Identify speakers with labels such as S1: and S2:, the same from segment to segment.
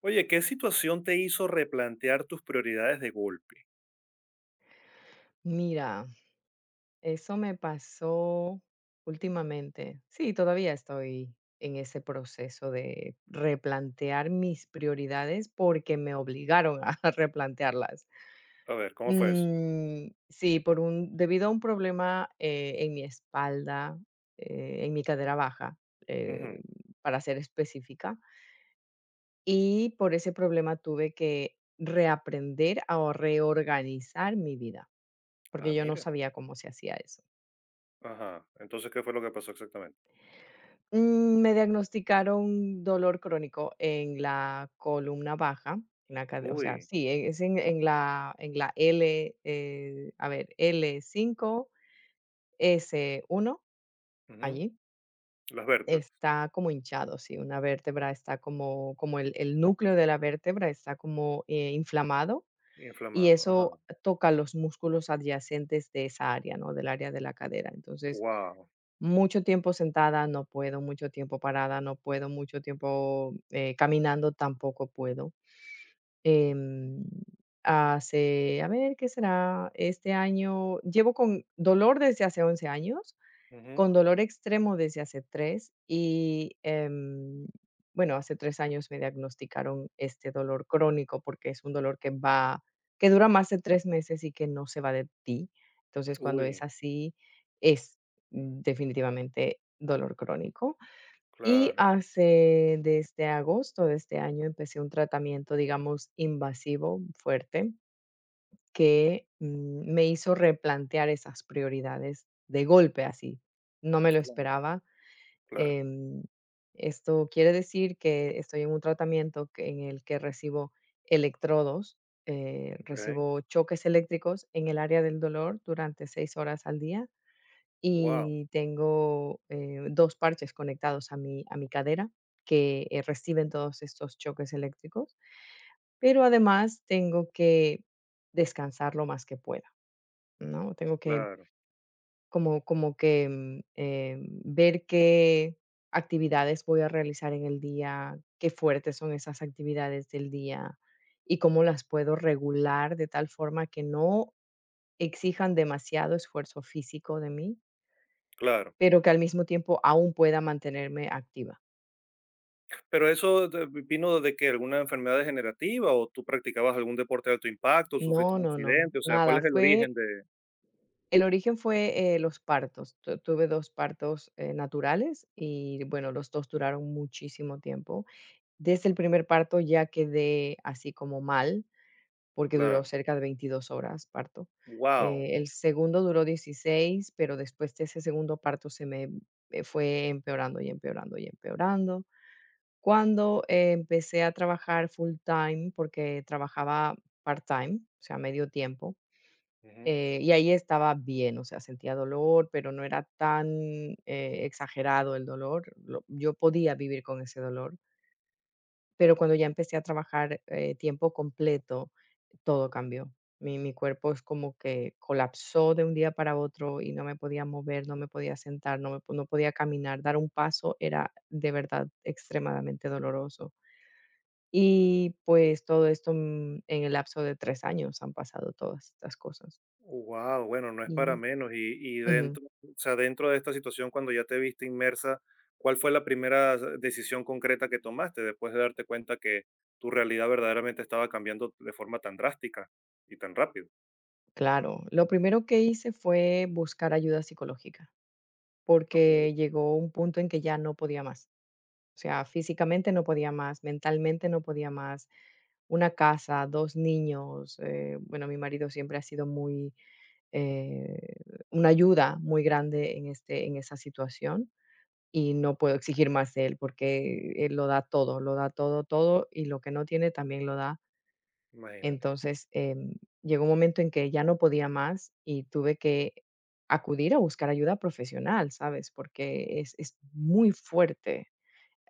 S1: Oye, ¿qué situación te hizo replantear tus prioridades de golpe?
S2: Mira, eso me pasó últimamente. Sí, todavía estoy en ese proceso de replantear mis prioridades porque me obligaron a replantearlas.
S1: A ver, ¿cómo fue eso?
S2: Sí, debido a un problema en mi espalda, en mi cadera baja, eh,
S1: Ujú.
S2: para ser específica, y por ese problema tuve que reaprender a reorganizar mi vida,
S1: Ah,
S2: porque yo no
S1: mira.
S2: sabía cómo se hacía eso.
S1: Ajá. Entonces, ¿qué fue lo que pasó exactamente?
S2: Me diagnosticaron dolor crónico en la columna baja, en la cade o sea,
S1: Uy.
S2: sí, es en la L, a ver, l cinco, s uno,
S1: Ujú.
S2: allí
S1: Las vértebras.
S2: está como hinchado. Sí, una vértebra está como el núcleo de la vértebra está como inflamado, y
S1: Inflamado.
S2: eso
S1: Ajá.
S2: toca los músculos adyacentes de esa área, ¿no?, del área de la cadera. Entonces,
S1: Wow.
S2: mucho tiempo sentada no puedo, mucho tiempo parada no puedo, mucho tiempo, caminando tampoco puedo. Em, Hace, a ver, ¿qué será? Este año llevo con dolor desde hace 11 años. Con dolor extremo desde hace 3 y, bueno, hace 3 años me diagnosticaron este dolor crónico, porque es un dolor que va que dura más de 3 meses y que no se va de ti. Entonces, cuando es
S1: Uy.
S2: así, es definitivamente dolor crónico. Y
S1: Claro.
S2: hace desde agosto de este año empecé un tratamiento, digamos, invasivo, fuerte. Que, me hizo replantear esas prioridades de golpe, así. No me lo
S1: Claro.
S2: esperaba.
S1: Claro.
S2: Em, Esto quiere decir que estoy en un tratamiento que en el que recibo electrodos,
S1: Ok.
S2: recibo choques eléctricos en el área del dolor durante 6 horas al día,
S1: Wow.
S2: y tengo, 2 parches conectados a mi cadera que, reciben todos estos choques eléctricos, pero además tengo que descansar lo más que pueda. ¿No? Tengo que
S1: Claro.
S2: como que ver qué actividades voy a realizar en el día, qué fuertes son esas actividades del día y cómo las puedo regular de tal forma que no exijan demasiado esfuerzo físico de mí,
S1: Claro.
S2: pero que al mismo tiempo aún pueda mantenerme activa.
S1: Vino de que alguna enfermedad degenerativa o tú practicabas algún deporte de alto impacto, sufriste
S2: No,
S1: un
S2: no, no,
S1: accidente, o sea, ¿cuál
S2: nada,
S1: es el origen
S2: fue
S1: de?
S2: el origen fue los partos. Tu Tuve 2 partos, naturales y, bueno, los 2 duraron muchísimo tiempo. Desde el primer parto ya quedé así como mal, porque duró
S1: Claro.
S2: cerca de 22 horas parto.
S1: Wow.
S2: El segundo duró 16, pero después de ese segundo parto se me, fue empeorando y empeorando y empeorando. Cuando empecé a trabajar full time, porque trabajaba part time, o sea, medio tiempo, y ahí estaba bien, o sea, sentía dolor, pero no era tan exagerado el dolor. Yo podía vivir con ese dolor, pero cuando ya empecé a trabajar, tiempo completo, todo cambió. Mi cuerpo es como que colapsó de un día para otro y no me podía mover, no me podía sentar, no me po no podía caminar. Dar un paso era de verdad extremadamente doloroso. Y, pues, todo esto, en el lapso de 3 años han pasado todas estas cosas.
S1: Wow, bueno, no es para
S2: Y
S1: menos. Y
S2: ujú,
S1: dentro, o sea, dentro de esta situación, cuando ya te viste inmersa, ¿cuál fue la decisión concreta que tomaste después de darte cuenta que tu realidad verdaderamente estaba cambiando de forma tan drástica y tan rápido?
S2: claro. Lo primero que hice fue buscar ayuda psicológica, porque
S1: Ok,
S2: llegó un punto en que ya no podía más. O sea, físicamente no podía más, mentalmente no podía más. Una casa, 2 niños, bueno, mi marido siempre ha sido muy, eh, una ayuda muy grande en esa situación, y no puedo exigir más de él, porque él lo da todo, todo, y lo que no tiene también lo da.
S1: imagínate.
S2: Entonces, llegó un momento en que ya no podía más y tuve que acudir a buscar ayuda profesional, ¿sabes? Porque es muy fuerte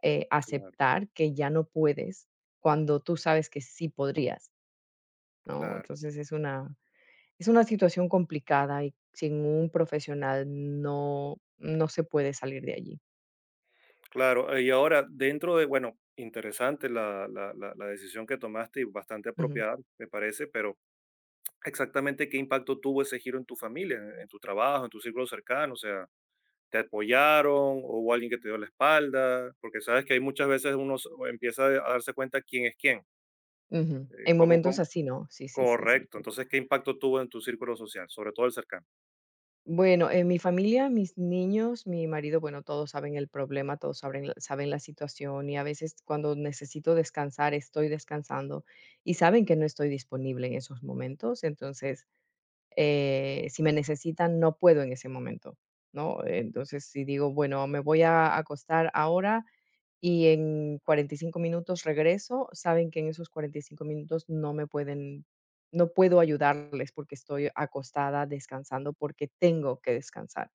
S1: Claro,
S2: aceptar que ya no puedes cuando tú sabes que sí podrías, ¿no?
S1: claro,
S2: Entonces es una situación complicada y sin un profesional no, no se puede salir de allí.
S1: claro. Y ahora, dentro de, bueno, interesante la decisión que tomaste y bastante
S2: Ujú,
S1: apropiada, me parece, pero exactamente qué impacto tuvo ese giro en tu familia, en tu trabajo, en tu círculo cercano, o sea, te apoyaron o hubo alguien que te dio la espalda, porque sabes que hay muchas veces empieza a darse cuenta quién es quién,
S2: ujú.
S1: eh,
S2: En
S1: cómo,
S2: momentos
S1: cómo-
S2: así, ¿no? Sí, sí, sí, sí,
S1: correcto.
S2: sí.
S1: Entonces, ¿qué impacto tuvo en tu círculo social, sobre todo el cercano?
S2: Bueno, en mi familia, mis niños, mi marido, bueno, todos saben el problema, todos saben, saben la situación y a veces cuando necesito descansar, estoy descansando y saben que no estoy disponible en esos momentos, entonces, si me necesitan, no puedo en ese momento, ¿no? Entonces, si digo, bueno, me voy a acostar ahora y en 45 minutos regreso, saben que en esos 45 minutos no me pueden, no puedo ayudarles porque estoy acostada descansando, porque tengo que descansar.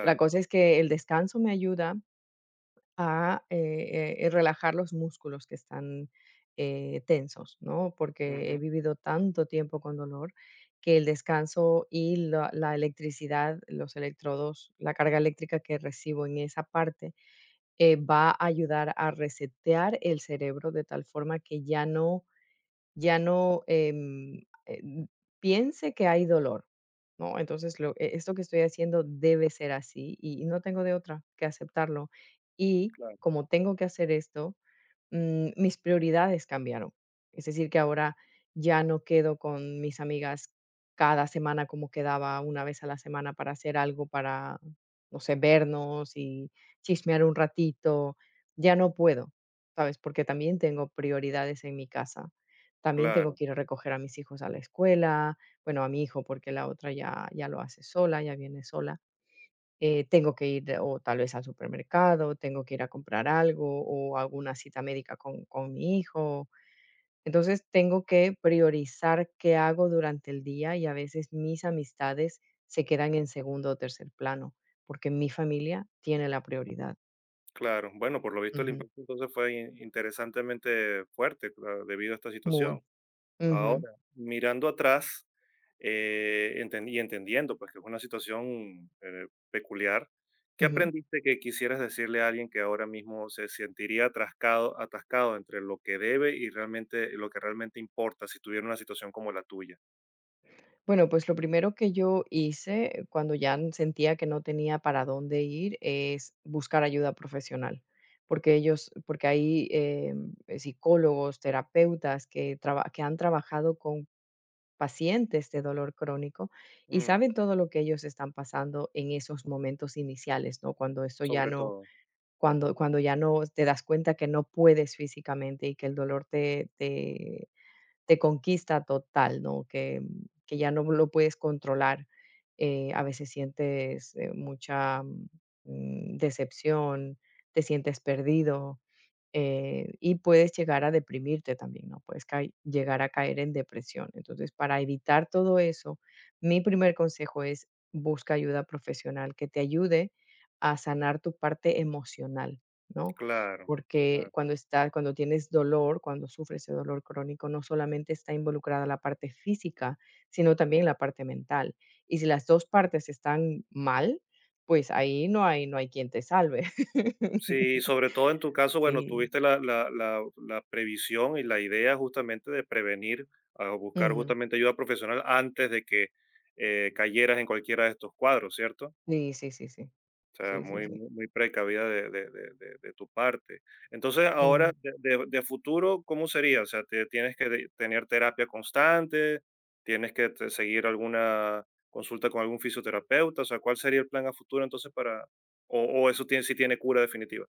S2: La cosa es que el descanso me ayuda a, relajar los músculos que están, tensos, ¿no? Porque he
S1: ujú,
S2: vivido tanto tiempo con dolor que el descanso y la electricidad, los electrodos, la carga eléctrica que recibo en esa parte, va a ayudar a resetear el cerebro de tal forma que ya no piense que hay dolor, ¿no? Entonces, lo e esto que estoy haciendo debe ser así, y no tengo de otra que aceptarlo. Y
S1: claro,
S2: como tengo que hacer esto, mis prioridades cambiaron. Es decir, que ahora ya no quedo con mis amigas cada semana como quedaba una vez a la semana para hacer algo, para, no sé, vernos y chismear un ratito. Ya no puedo, ¿sabes? Porque también tengo prioridades en mi casa. También tengo
S1: claro,
S2: que ir a recoger a mis hijos a la escuela, bueno, a mi hijo porque la otra ya, ya lo hace sola, ya viene sola. Tengo que ir o tal vez al supermercado, tengo que ir a comprar algo o alguna cita médica con mi hijo. Entonces tengo que priorizar qué hago durante el día y a veces mis amistades se quedan en segundo o tercer plano porque mi familia tiene la prioridad.
S1: claro. Bueno, por lo visto el
S2: Ujú,
S1: impacto entonces fue interesantemente fuerte, claro, debido a esta situación.
S2: muy. Ujú,
S1: Ahora, mirando atrás, y entendiendo pues que es una situación peculiar, ¿qué
S2: ujú.
S1: aprendiste que quisieras decirle a alguien que ahora mismo se sentiría atascado, atascado entre lo que debe y realmente lo que realmente importa si tuviera una situación como la tuya?
S2: Bueno, pues lo primero que yo hice cuando sentía que no tenía para dónde ir es buscar ayuda profesional, porque ellos, porque hay psicólogos, terapeutas que, que han trabajado con pacientes de dolor crónico y
S1: Mm,
S2: saben todo lo que ellos están pasando en esos momentos iniciales, ¿no? Cuando esto ya
S1: sobre
S2: no,
S1: todo.
S2: cuando ya no te das cuenta que no puedes físicamente y que el dolor te conquista total, ¿no? Que, que ya no lo puedes controlar. A veces sientes mucha decepción, te sientes perdido, y puedes llegar a deprimirte también, ¿no? Puedes llegar a caer en depresión. Entonces, para evitar todo eso, mi primer consejo es busca ayuda profesional que te ayude a sanar tu parte emocional, ¿no?
S1: Claro,
S2: Porque
S1: claro.
S2: cuando estás, cuando tienes dolor, cuando sufres ese dolor crónico, no solamente está involucrada la parte física, sino también la parte mental. Y si las dos partes están mal, pues ahí no hay, no hay quien te salve.
S1: Sí, sobre todo en tu caso, bueno,
S2: Sí.
S1: tuviste la previsión y la idea justamente de prevenir, a buscar
S2: Ujú.
S1: justamente ayuda profesional antes de que cayeras en cualquiera de estos cuadros, ¿cierto?
S2: Sí, sí, sí, sí.
S1: O sea,
S2: Sí, sí,
S1: muy,
S2: sí.
S1: muy, muy precavida de tu parte. Entonces,
S2: Ujú.
S1: ahora, de futuro, ¿cómo sería? O sea, ¿tienes que tener terapia constante? ¿Tienes que seguir alguna consulta con algún fisioterapeuta? O sea, ¿cuál sería el plan a futuro entonces para... O, o eso tiene, si tiene cura definitiva?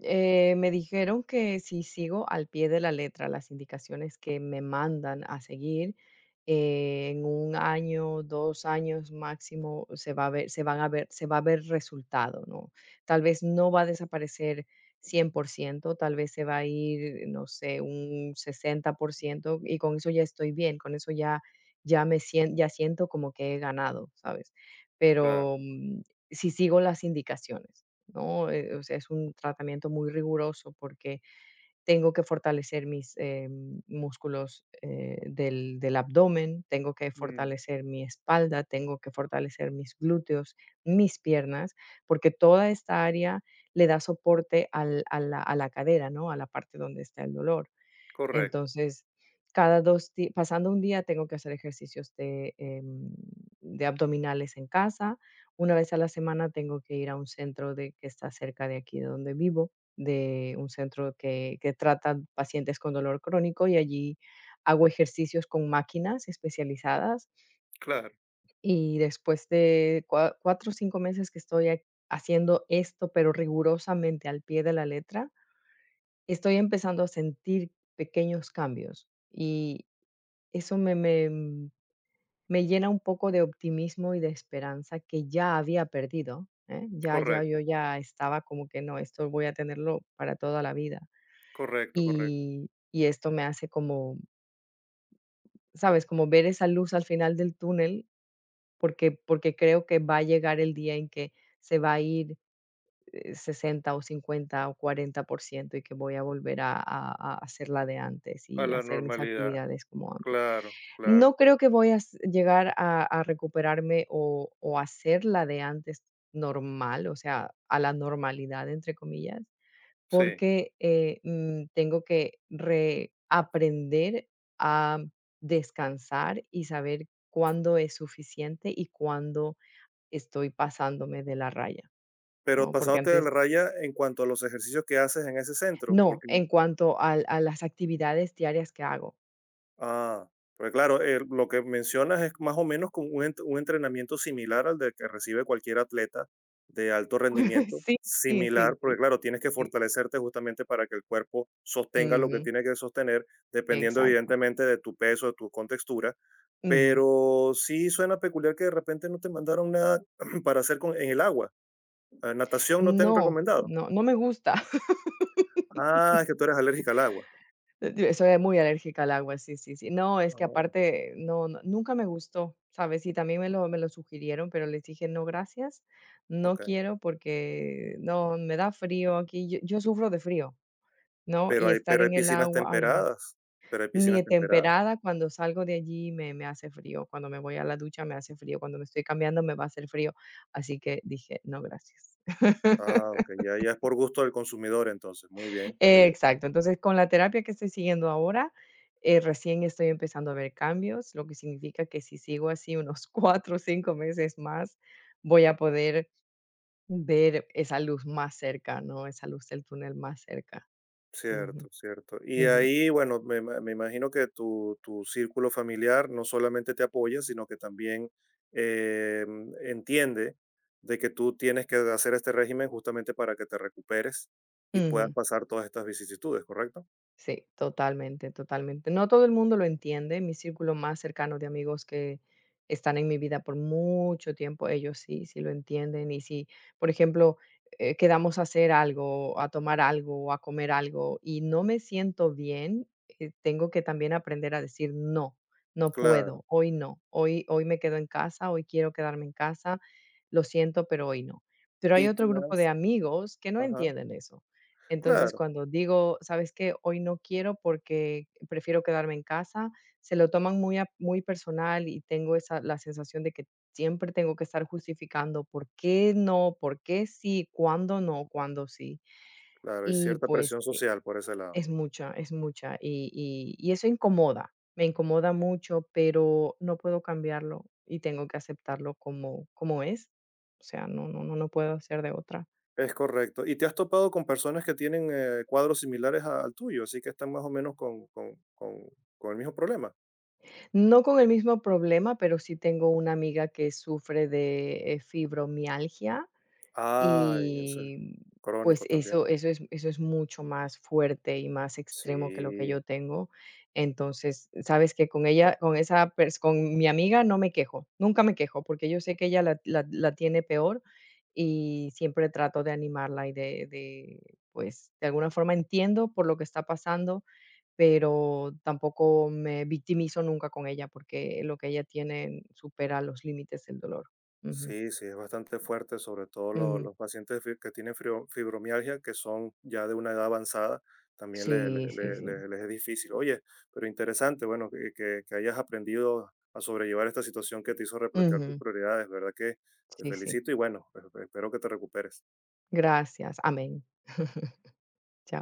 S2: Me dijeron que si sigo al pie de la letra las indicaciones que me mandan a seguir, en 1 año, 2 años máximo se va a ver resultado, ¿no? Tal vez no va a desaparecer 100%, tal vez se va a ir, no sé, un 60% y con eso ya estoy bien, con eso ya ya me siento ya siento como que he ganado, ¿sabes?
S1: Claro.
S2: Pero, si sigo las indicaciones. ¿No? O sea, es un tratamiento muy riguroso porque tengo que fortalecer mis músculos del abdomen, tengo que
S1: Mm,
S2: fortalecer mi espalda, tengo que fortalecer mis glúteos, mis piernas, porque toda esta área le da soporte a la cadera, ¿no? A la parte donde está el dolor.
S1: correcto,
S2: Entonces, cada 2 di pasando un día tengo que hacer ejercicios de, de abdominales en casa. Una vez a la semana tengo que ir a un centro de que está cerca de aquí de donde vivo, de un centro que trata pacientes con dolor crónico, y allí hago ejercicios con máquinas especializadas.
S1: claro,
S2: Y después de cua 4 o 5 meses que estoy ha haciendo esto, pero rigurosamente al pie de la letra, estoy empezando a sentir pequeños cambios. Y eso me llena un poco de optimismo y de esperanza que ya había perdido, ¿eh? Ya yo
S1: correcto,
S2: ya estaba como que no, esto voy a tenerlo para toda la vida.
S1: correcto, correcto.
S2: Y esto me hace como, ¿sabes? Como ver esa luz al final del túnel, porque creo que va a llegar el día en que se va a ir, 60 o 50 o 40% y que voy a volver a hacer la de antes
S1: A
S2: y
S1: la
S2: hacer mis
S1: normalidad,
S2: actividades como antes.
S1: claro, claro,
S2: No creo que voy a s llegar a recuperarme o hacer la de antes normal, o sea, a la "normalidad", entre comillas,
S1: sí.
S2: porque, tengo que reaprender a descansar y saber cuándo es suficiente y cuándo estoy pasándome de la raya,
S1: Pero
S2: ¿no? Porque
S1: pasándote de
S2: antes
S1: la raya en cuanto a los ejercicios que haces en ese centro,
S2: no,
S1: porque
S2: en cuanto al a las actividades diarias que hago.
S1: ah, pues claro, lo que mencionas es más o menos como un entrenamiento similar al de que recibe cualquier atleta de alto rendimiento,
S2: Sí, sí, sí,
S1: similar, porque
S2: sí,
S1: claro, tienes que
S2: sí.
S1: fortalecerte justamente para que el cuerpo sostenga lo que
S2: Ujú,
S1: tiene que sostener, dependiendo
S2: exacto.
S1: evidentemente de tu peso, de tu contextura,
S2: Ujú.
S1: pero sí suena peculiar que de repente no te mandaron nada para hacer con, en el agua. Ah, natación no te han
S2: No,
S1: recomendado.
S2: no, no me gusta.
S1: Ah, es que tú eres alérgica al agua.
S2: Yo soy muy alérgica al agua, sí, sí, sí. No, es que
S1: Ah,
S2: aparte, no, no, nunca me gustó, ¿sabes? Y también me lo sugirieron, pero les dije, no, gracias, no
S1: ok.
S2: quiero porque no, me da frío aquí. Yo sufro de frío, ¿no? Y estar
S1: Pero hay
S2: en el
S1: piscinas
S2: agua, ay, no.
S1: temperadas, pero hay piscinas
S2: Ni
S1: temperadas.
S2: temperada, cuando salgo de allí me, me hace frío, cuando me voy a la ducha me hace frío, cuando me estoy cambiando me va a hacer frío. Así que dije, no, gracias.
S1: Ah, ok, ya, ya es por gusto del consumidor entonces, muy bien,
S2: Exacto. Entonces, con la terapia que estoy siguiendo ahora, recién estoy empezando a ver cambios, lo que significa que si sigo así unos 4 o 5 meses más, voy a poder ver esa luz más cerca, ¿no? Esa luz del túnel más cerca. Ujú,
S1: cierto, cierto. Y
S2: ujú,
S1: ahí, bueno, me imagino que tu círculo familiar no solamente te apoya, sino que también eh, entiende de que tú tienes que hacer este régimen justamente para que te recuperes y puedas
S2: ujú.
S1: pasar todas estas vicisitudes, ¿correcto?
S2: Sí, totalmente, totalmente. No todo el mundo lo entiende. Mi círculo más cercano de amigos que están en mi vida por mucho tiempo, ellos sí, sí lo entienden. Y si, por ejemplo, quedamos a hacer algo, a tomar algo o a comer algo y no me siento bien, tengo que también aprender a decir no, no
S1: Claro.
S2: puedo, hoy no, hoy, hoy me quedo en casa, hoy quiero quedarme en casa, lo siento, pero hoy no. Pero hay
S1: Y te
S2: otro grupo de
S1: has-
S2: amigos que no
S1: ajá,
S2: entienden eso. Entonces,
S1: claro,
S2: cuando digo: "¿Sabes qué? Hoy no quiero porque prefiero quedarme en casa", se lo toman muy personal y tengo esa la sensación de que siempre tengo que estar justificando por qué no, por qué sí, cuándo no, cuándo sí.
S1: claro, hay
S2: Y,
S1: cierta
S2: pues,
S1: presión social por ese lado.
S2: es mucha, y eso incomoda, me incomoda mucho, pero no puedo cambiarlo y tengo que aceptarlo como es. O sea, no puedo hacer de otra.
S1: Es correcto. Y te has topado con personas que tienen cuadros similares al tuyo, así que están más o menos con el mismo problema.
S2: No con el mismo problema, pero sí tengo una amiga que sufre de, fibromialgia
S1: Ay, ese es
S2: y,
S1: crónico
S2: pues,
S1: también.
S2: eso es mucho más fuerte y más extremo que lo que yo
S1: Sí,
S2: tengo. Entonces, sabes que con ella, con esa pers con mi amiga no me quejo, nunca me quejo, porque yo sé que ella la tiene peor y siempre trato de animarla y pues, de alguna forma entiendo por lo que está pasando, pero tampoco me victimizo nunca con ella, porque lo que ella tiene supera los límites del dolor. Ujú,
S1: sí, sí, es bastante fuerte, sobre todo
S2: ujú.
S1: los pacientes que tienen fibromialgia, que son ya de una edad avanzada, también
S2: Sí, sí, sí.
S1: les es difícil. Oye, pero interesante, bueno, que hayas aprendido a sobrellevar esta situación que te hizo replantear tus
S2: Ujú.
S1: prioridades, ¿verdad? Que te
S2: Sí, sí.
S1: felicito y bueno, espero que te recuperes.
S2: Gracias. Amén. Chao.